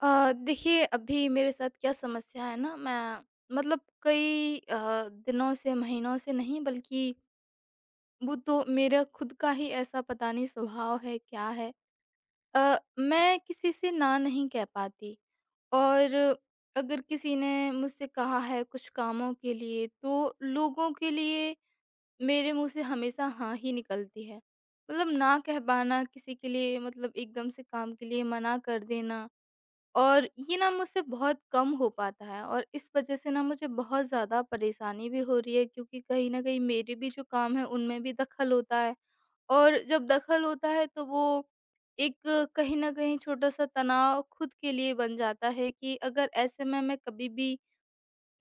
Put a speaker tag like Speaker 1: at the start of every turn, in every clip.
Speaker 1: देखिए, अभी मेरे साथ क्या समस्या है ना। मैं मतलब कई दिनों से, महीनों से नहीं बल्कि वो तो मेरा खुद का ही ऐसा पता नहीं स्वभाव है क्या है। मैं किसी से ना नहीं कह पाती। और अगर किसी ने मुझसे कहा है कुछ कामों के लिए, तो लोगों के लिए मेरे मुंह से हमेशा हाँ ही निकलती है। मतलब ना कह पाना किसी के लिए, मतलब एकदम से काम के लिए मना कर देना और ये ना मुझसे बहुत कम हो पाता है। और इस वजह से ना मुझे बहुत ज़्यादा परेशानी भी हो रही है, क्योंकि कहीं न कहीं मेरे भी जो काम है उनमें भी दखल होता है। और जब दखल होता है तो वो एक कहीं न कहीं छोटा-सा तनाव खुद के लिए बन जाता है कि अगर ऐसे में मैं कभी भी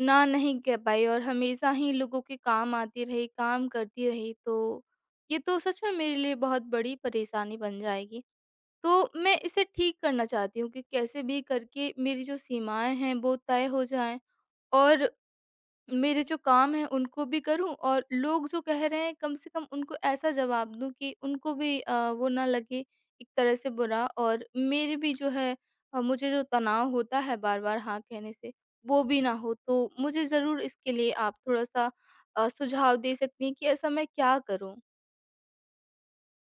Speaker 1: ना नहीं कह पाई और हमेशा ही लोगों के काम आती रही, काम करती रही, तो ये तो सच में मेरे लिए बहुत बड़ी परेशानी बन जाएगी। तो मैं इसे ठीक करना चाहती हूँ कि कैसे भी करके मेरी जो सीमाएँ हैं वो तय हो जाएँ, और मेरे जो काम हैं उनको भी करूँ, और लोग जो कह रहे हैं कम से कम उनको ऐसा जवाब दूँ कि उनको भी वो ना लगे एक तरह से बुरा, और मेरे भी जो है मुझे जो तनाव होता है बार-बार हाँ कहने से वो भी ना हो। तो मुझे ज़रूर इसके लिए आप थोड़ा-सा सुझाव दे सकती हैं कि ऐसा मैं क्या करूँ?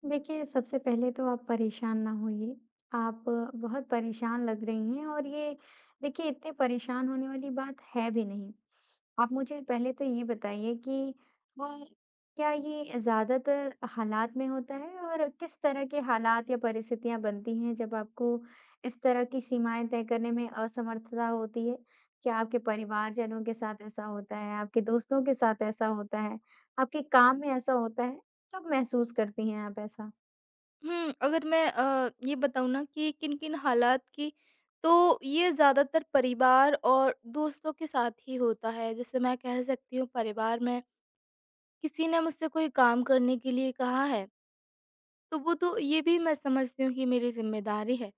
Speaker 2: देखिए, सबसे पहले तो आप परेशान ना होइए। आप बहुत परेशान लग रही हैं और ये देखिए इतने परेशान होने वाली बात है भी नहीं। आप मुझे पहले तो ये बताइए कि अ, क्या ये ज़्यादातर हालात में होता है और किस तरह के हालात या परिस्थितियाँ बनती हैं जब आपको इस तरह की सीमाएँ तय करने में असमर्थता होती है? क्या आपके परिवारजनों के साथ ऐसा होता है? आपके दोस्तों के साथ ऐसा होता है? आपके काम में ऐसा होता है? कब महसूस करती हैं आप ऐसा?
Speaker 1: हुँ, अगर मैं ये बताऊँ ना कि किन-किन हालात की, तो ये ज़्यादातर परिवार और दोस्तों के साथ ही होता है। जैसे मैं कह सकती हूँ, परिवार में किसी ने मुझसे कोई काम करने के लिए कहा है, तो वो तो ये भी मैं समझती हूँ कि मेरी ज़िम्मेदारी है।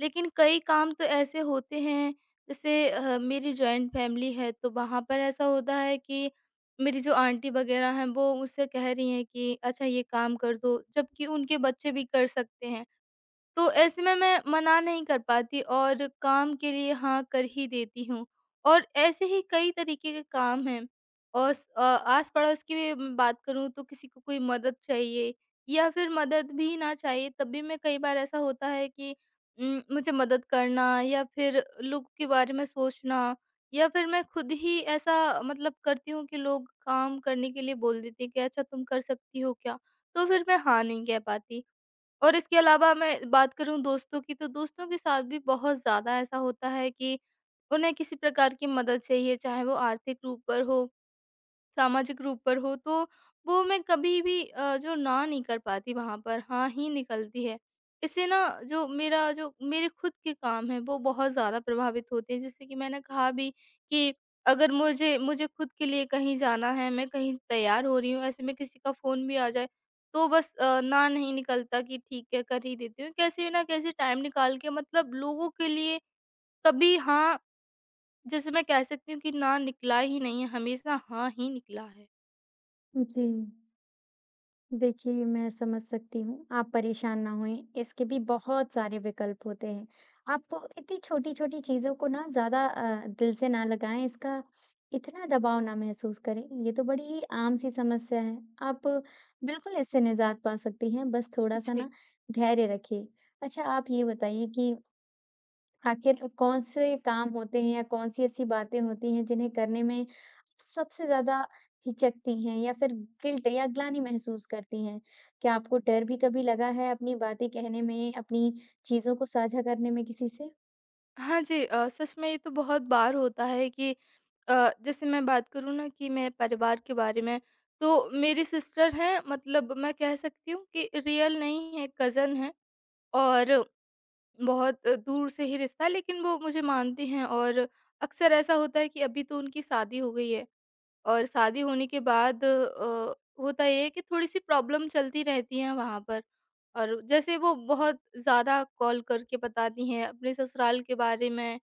Speaker 1: लेकिन कई काम तो ऐसे होते हैं, जैसे मेरी जॉइंट फैमिली है, तो वहाँ पर ऐसा होता है कि मेरी जो आंटी वग़ैरह हैं वो मुझसे कह रही हैं कि अच्छा ये काम कर दो, जबकि उनके बच्चे भी कर सकते हैं। तो ऐसे में मैं मना नहीं कर पाती और काम के लिए हाँ कर ही देती हूँ। और ऐसे ही कई तरीके के काम हैं। और आस-पड़ोस की भी बात करूँ तो किसी को कोई मदद चाहिए, या फिर मदद भी ना चाहिए तब भी मैं, कई बार ऐसा होता है कि मुझे मदद करना या फिर लोगों के बारे में सोचना, या फिर मैं खुद ही ऐसा मतलब करती हूँ कि लोग काम करने के लिए बोल देते हैं कि अच्छा तुम कर सकती हो क्या? तो फिर मैं हाँ नहीं कह पाती। और इसके अलावा मैं बात करूँ दोस्तों की, तो दोस्तों के साथ भी बहुत ज़्यादा ऐसा होता है कि उन्हें किसी प्रकार की मदद चाहिए, चाहे वो आर्थिक रूप पर हो, सामाजिक रूप पर हो, तो वो मैं कभी भी जो ना नहीं कर पाती, वहाँ पर हाँ ही निकलती है। इससे ना जो मेरे खुद के काम हैं वो बहुत ज़्यादा प्रभावित होते हैं। जैसे कि मैंने कहा भी कि अगर मुझे मुझे खुद के लिए कहीं जाना है, मैं कहीं तैयार हो रही हूँ, ऐसे में किसी का फ़ोन भी आ जाए, तो बस ना नहीं निकलता कि ठीक है, कर ही देती हूँ। कैसे भी ना कैसे टाइम निकाल के मतलब लोगों के लिए कभी हाँ, जैसे मैं कह सकती हूँ कि ना निकला ही नहीं है, हमेशा हाँ ही निकला है।
Speaker 2: जी। देखिए, मैं समझ सकती हूँ, आप परेशान ना होएँ, इसके भी बहुत सारे विकल्प होते हैं। आप इतनी छोटी-छोटी चीज़ों को ना ज़्यादा दिल से ना लगाएँ, इसका इतना दबाव ना महसूस करें, ये तो बड़ी ही आम सी समस्या है। आप बिल्कुल इससे निजात पा सकती हैं, बस थोड़ा-सा
Speaker 1: जी।
Speaker 2: ना धैर्य रखिए। अच्छा, आप ये बताइए कि आखिर कौन से काम होते हैं या कौन-सी ऐसी बातें होती हैं जिन्हें करने में सबसे ज़्यादा हिचकती हैं या फिर गिल्ट या ग्लानि महसूस करती हैं? क्या आपको डर भी कभी लगा है अपनी बातें कहने में, अपनी चीज़ों को साझा करने में किसी से?
Speaker 1: हाँ जी, सच में ये तो बहुत बार होता है कि जैसे मैं बात करूँ ना कि मैं परिवार के बारे में, तो मेरी सिस्टर हैं, मतलब मैं कह सकती हूँ कि रियल नहीं है, कज़न है। और बहुत दूर से ही रिश्ता है, लेकिन वो मुझे मानती हैं। और अक्सर ऐसा होता है कि अभी तो उनकी शादी हो गई है, और शादी होने के बाद होता ये है कि थोड़ी सी प्रॉब्लम चलती रहती है वहाँ पर, और जैसे वो बहुत ज़्यादा कॉल करके बताती हैं अपने ससुराल के बारे में,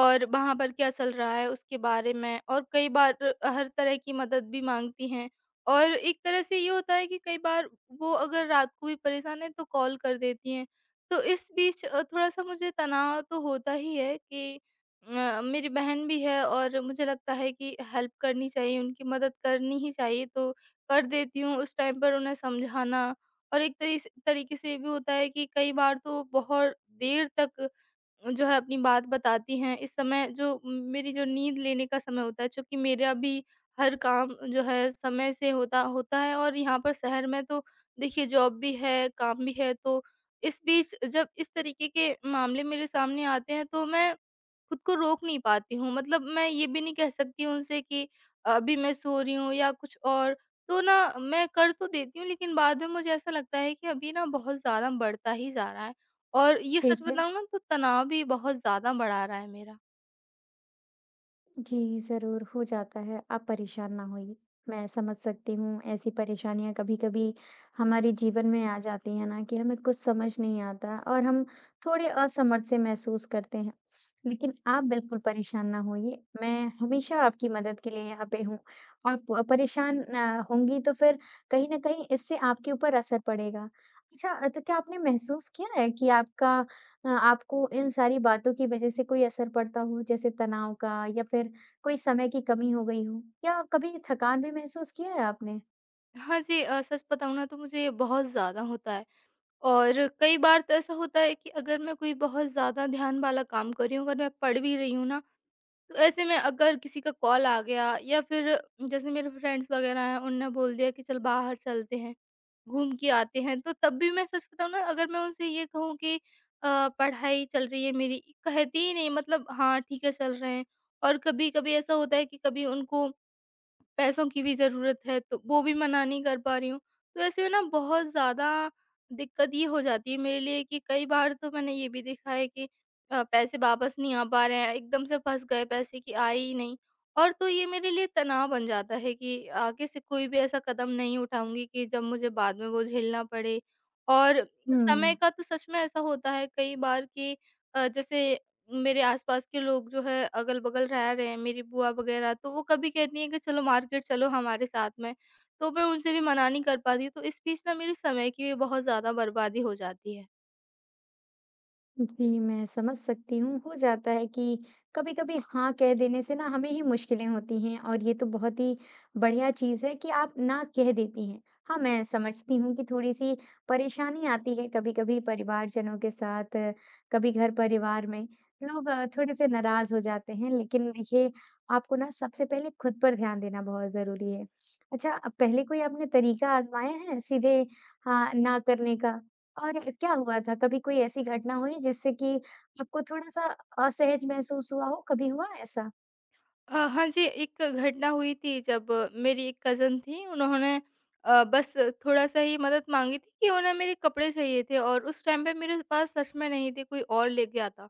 Speaker 1: और वहाँ पर क्या चल रहा है उसके बारे में, और कई बार हर तरह की मदद भी माँगती हैं। और एक तरह से ये होता है कि कई बार वो अगर रात को भी परेशान हैं तो कॉल कर देती हैं। तो इस बीच थोड़ा-सा मुझे तनाव तो होता ही है कि मेरी बहन भी है और मुझे लगता है कि हेल्प करनी चाहिए, उनकी मदद करनी ही चाहिए, तो कर देती हूँ उस टाइम पर उन्हें समझाना। और एक तरीके से ये भी होता है कि कई बार तो बहुत देर तक जो है अपनी बात बताती हैं। इस समय जो मेरी जो नींद लेने का समय होता है, चूँकि मेरा भी हर काम जो है समय से होता होता है, और यहाँ पर शहर में तो देखिए जॉब भी है, काम भी है, तो इस बीच जब इस तरीके के मामले मेरे सामने आते हैं, तो मैं खुद को रोक नहीं पाती हूँ। मतलब मैं ये भी नहीं कह सकती उनसे कि अभी मैं सो रही हूँ या कुछ और। तो ना मैं कर तो देती हूँ, लेकिन बाद में मुझे ऐसा लगता है कि अभी ना बहुत ज़्यादा बढ़ता ही जा रहा है। और ये सच
Speaker 2: ठीक है।
Speaker 1: बताऊँ ना, तो तनाव भी बहुत ज़्यादा बढ़ा रहा है मेरा।
Speaker 2: जी, ज़रूर हो जाता है, आप परेशान ना होइए। मैं समझ सकती हूँ ऐसी परेशानियाँ कभी-कभी हमारे जीवन में आ जाती हैं ना कि हमें कुछ समझ नहीं आता और हम थोड़े असमर्थ से महसूस करते हैं। लेकिन आप बिल्कुल परेशान ना होइए, मैं हमेशा आपकी मदद के लिए यहाँ पे हूँ। आप परेशान होंगी तो फिर कहीं न कहीं इससे आपके ऊपर असर पड़ेगा। अच्छा, तो क्या आपने महसूस किया है कि आपका आपको इन सारी बातों की वज़ह से कोई असर पड़ता हो जैसे तनाव का या फिर कोई समय की कमी हो गई हो या कभी थकान भी महसूस किया है आपने?
Speaker 1: हाँ जी, सच बताऊँ ना तो मुझे ये बहुत ज़्यादा होता है। और कई बार तो ऐसा होता है कि अगर मैं कोई बहुत ज़्यादा ध्यान वाला काम कर रही हूँ, अगर मैं पढ़ भी रही हूँ ना, तो ऐसे में अगर किसी का कॉल आ गया, या फिर जैसे मेरे फ्रेंड्स वगैरह हैं उनने बोल दिया कि चल बाहर चलते हैं, घूम के आते हैं, तो तब भी मैं, सच बताऊँ ना, अगर मैं उनसे ये कहूँ कि पढ़ाई चल रही है मेरी, कहती ही नहीं, मतलब हाँ, ठीक है चल रहे हैं। और कभी-कभी ऐसा होता है कि कभी उनको पैसों की भी ज़रूरत है, तो वो भी मना नहीं कर पा रही हूँ। तो ऐसे में ना बहुत ज़्यादा दिक्कत ये हो जाती है मेरे लिए कि कई बार तो मैंने ये भी देखा है कि पैसे वापस नहीं आ पा रहे हैं, एकदम से फँस गए पैसे कि आए ही नहीं। और तो ये मेरे लिए तनाव बन जाता है कि आगे से कोई भी ऐसा कदम नहीं उठाऊँगी कि जब मुझे बाद में वो झेलना पड़े। और समय
Speaker 2: हुँ।
Speaker 1: का तो सच में ऐसा होता है कई बार कि जैसे मेरे आसपास के लोग जो है अगल-बगल रह रहे हैं, मेरी बुआ वगैरह, तो वो कभी कहती हैं कि चलो मार्केट चलो हमारे साथ में, तो मैं उनसे भी मना नहीं कर पाती, तो इस बीच ना मेरे समय की भी बहुत ज़्यादा बर्बादी हो जाती है।
Speaker 2: जी, मैं समझ सकती हूँ। हो जाता है कि कभी-कभी हाँ कह देने से ना हमें ही मुश्किलें होती हैं और ये तो बहुत ही बढ़िया चीज़ है कि आप ना कह देती हैं। हाँ, मैं समझती हूँ कि थोड़ी-सी परेशानी आती है कभी-कभी परिवारजनों के साथ, कभी घर परिवार में, लोग थोड़े-से नाराज़ हो जाते हैं। लेकिन देखिए, आपको ना सबसे पहले खुद पर ध्यान देना बहुत ज़रूरी है। अच्छा, अब पहले कोई आपने तरीका आज़माया है सीधे हाँ, ना करने का? और क्या हुआ था? कभी कोई ऐसी घटना हुई जिससे कि आपको थोड़ा-सा असहज महसूस हुआ हो, कभी हुआ ऐसा?
Speaker 1: हाँ जी, एक घटना हुई थी जब मेरी एक कज़न थी, उन्होंने बस थोड़ा-सा ही मदद माँगी थी कि उन्हें मेरे कपड़े चाहिए थे, और उस टाइम पे मेरे पास सच में नहीं थे, कोई और ले गया था।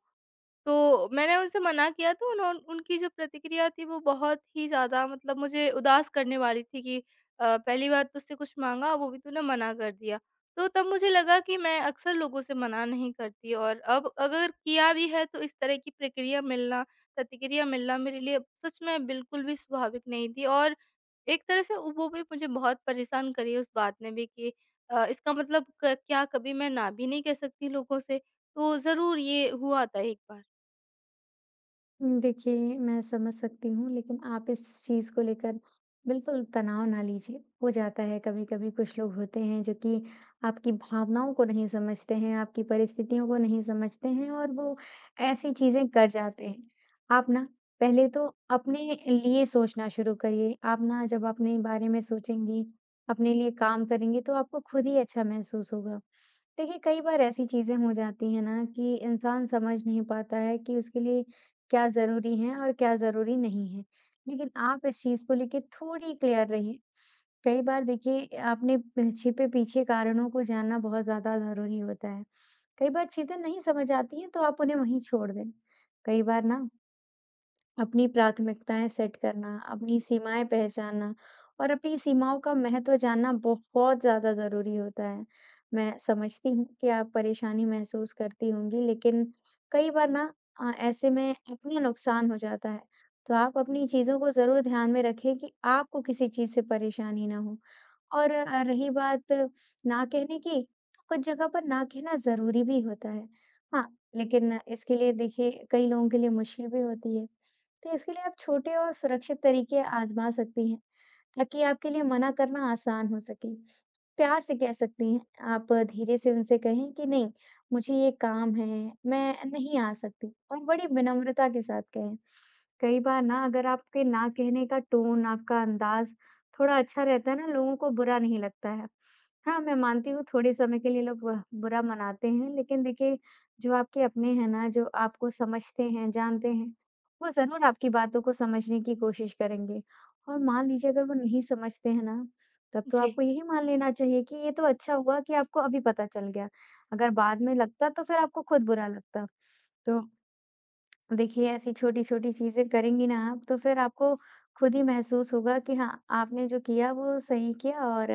Speaker 1: तो मैंने उनसे मना किया, तो उन्हों उनकी जो प्रतिक्रिया थी वो बहुत ही ज़्यादा मतलब मुझे उदास करने वाली थी कि पहली बार तुझसे कुछ माँगा, वो भी तूने मना कर दिया। तो तब मुझे लगा कि मैं अक्सर लोगों से मना नहीं करती, और अब अगर किया भी है तो इस तरह की प्रक्रिया मिलना प्रतिक्रिया मिलना मेरे लिए सच में बिल्कुल भी स्वाभाविक नहीं थी। और एक तरह से वो भी मुझे बहुत परेशान करी उस बात ने भी कि इसका मतलब क क्या कभी मैं ना भी नहीं कह सकती लोगों से? तो ज़रूर ये हुआ था एक बार।
Speaker 2: हुँ, देखिए, मैं समझ सकती हूँ, लेकिन आप इस चीज़ को लेकर बिल्कुल तनाव ना लीजिए। हो जाता है कभी-कभी कुछ लोग होते हैं जो कि आपकी भावनाओं को नहीं समझते हैं, आपकी परिस्थितियों को नहीं समझते हैं और वो ऐसी चीज़ें कर जाते हैं। आप ना पहले तो अपने लिए सोचना शुरू करिए। आप ना जब अपने बारे में सोचेंगी, अपने लिए काम करेंगी तो आपको खुद ही अच्छा महसूस होगा। देखिए, कई बार ऐसी चीज़ें हो जाती हैं ना कि इंसान समझ नहीं पाता है कि उसके लिए क्या ज़रूरी है और क्या ज़रूरी नहीं है। लेकिन आप इस चीज़ को लेके थोड़ी क्लियर रहिए। कई बार देखिए आपने छिपे-पीछे कारणों को जानना बहुत ज़्यादा ज़रूरी होता है। कई बार चीज़ें नहीं समझ आती हैं तो आप उन्हें वहीं छोड़ दें। कई बार ना अपनी प्राथमिकताएँ सेट करना, अपनी सीमाएँ पहचानना और अपनी सीमाओं का महत्व जानना बहुत ज़्यादा ज़रूरी होता है। मैं समझती हूँ कि आप परेशानी महसूस करती होंगी, लेकिन कई बार ना ऐसे में अपना नुकसान हो जाता है। तो आप अपनी चीज़ों को ज़रूर ध्यान में रखें कि आपको किसी चीज़ से परेशानी ना हो। और रही बात ना कहने की, तो कुछ जगह पर ना कहना ज़रूरी भी होता है। हाँ, लेकिन इसके लिए देखिए कई लोगों के लिए मुश्किल भी होती है। तो इसके लिए आप छोटे और सुरक्षित तरीके आज़मा सकती हैं। ताकि आपके लिए मना करना आसान हो सके। प्यार से कह सकती हैं, आप धीरे से उनसे कहें कि नहीं, मुझे ये काम है, मैं नहीं आ सकती और बड़ी विनम्रता के साथ कहें। कई बार ना अगर आपके ना कहने का टोन, आपका अंदाज़ थोड़ा अच्छा रहता है ना, लोगों को बुरा नहीं लगता है। हाँ, मैं मानती हूँ थोड़े समय के लिए लोग वह बुरा मनाते हैं, लेकिन देखिए जो आपके अपने हैं ना, जो आपको समझते हैं, जानते हैं, वो ज़रूर आपकी बातों को समझने की कोशिश करेंगे। और मान लीजिए अगर वो नहीं समझते हैं ना, तब तो
Speaker 1: जी,
Speaker 2: आपको यही मान लेना चाहिए कि ये तो अच्छा हुआ कि आपको अभी पता चल गया। अगर बाद में लगता तो फिर आपको खुद बुरा लगता। तो देखिए, ऐसी छोटी-छोटी चीज़ें करेंगी ना आप, तो फिर आपको खुद ही महसूस होगा कि हाँ, आपने जो किया वो सही किया और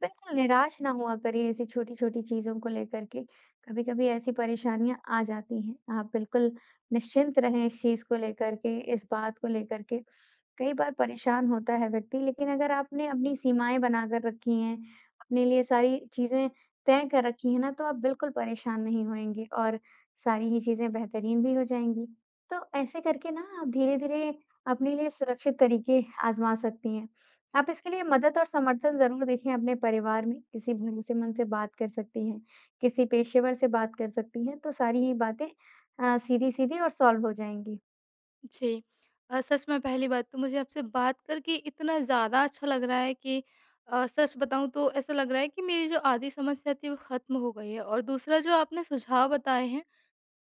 Speaker 2: बिल्कुल निराश ना हुआ करिए ऐसी छोटी-छोटी चीज़ों को लेकर के। कभी-कभी ऐसी परेशानियाँ आ जाती हैं। आप बिल्कुल निश्चिंत रहें इस चीज़ को लेकर के, इस बात को लेकर के। कई बार परेशान होता है व्यक्ति, लेकिन अगर आपने अपनी सीमाएँ बनाकर रखी हैं, अपने लिए सारी चीज़ें तय कर रखी हैं ना, तो आप बिल्कुल परेशान नहीं होएँगे और सारी ही चीज़ें बेहतरीन भी हो जाएँगी। तो ऐसे करके ना आप धीरे-धीरे अपने लिए सुरक्षित तरीके आज़मा सकती हैं। आप इसके लिए मदद और समर्थन ज़रूर देखें अपने परिवार में, किसी भरोसेमंद से बात कर सकती हैं, किसी पेशेवर से बात कर सकती हैं, तो सारी ही बातें सीधी-सीधी और सॉल्व हो जाएँगी।
Speaker 1: जी। सच में पहली बात तो मुझे आपसे बात करके इतना ज़्यादा अच्छा लग रहा है कि सच बताऊँ तो ऐसा लग रहा है कि मेरी जो आधी समस्या थी वो ख़त्म हो गई है, और दूसरा जो आपने सुझाव बताए हैं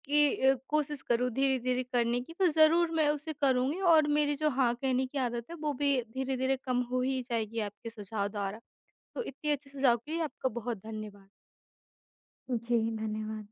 Speaker 1: कि कोशिश करूँ धीरे-धीरे करने की, तो ज़रूर मैं उसे करूँगी, और मेरी जो हाँ कहने की आदत है वो भी धीरे-धीरे कम हो ही जाएगी आपके सुझाव द्वारा। तो इतने अच्छे सुझाव के लिए आपका बहुत धन्यवाद।
Speaker 2: जी, धन्यवाद।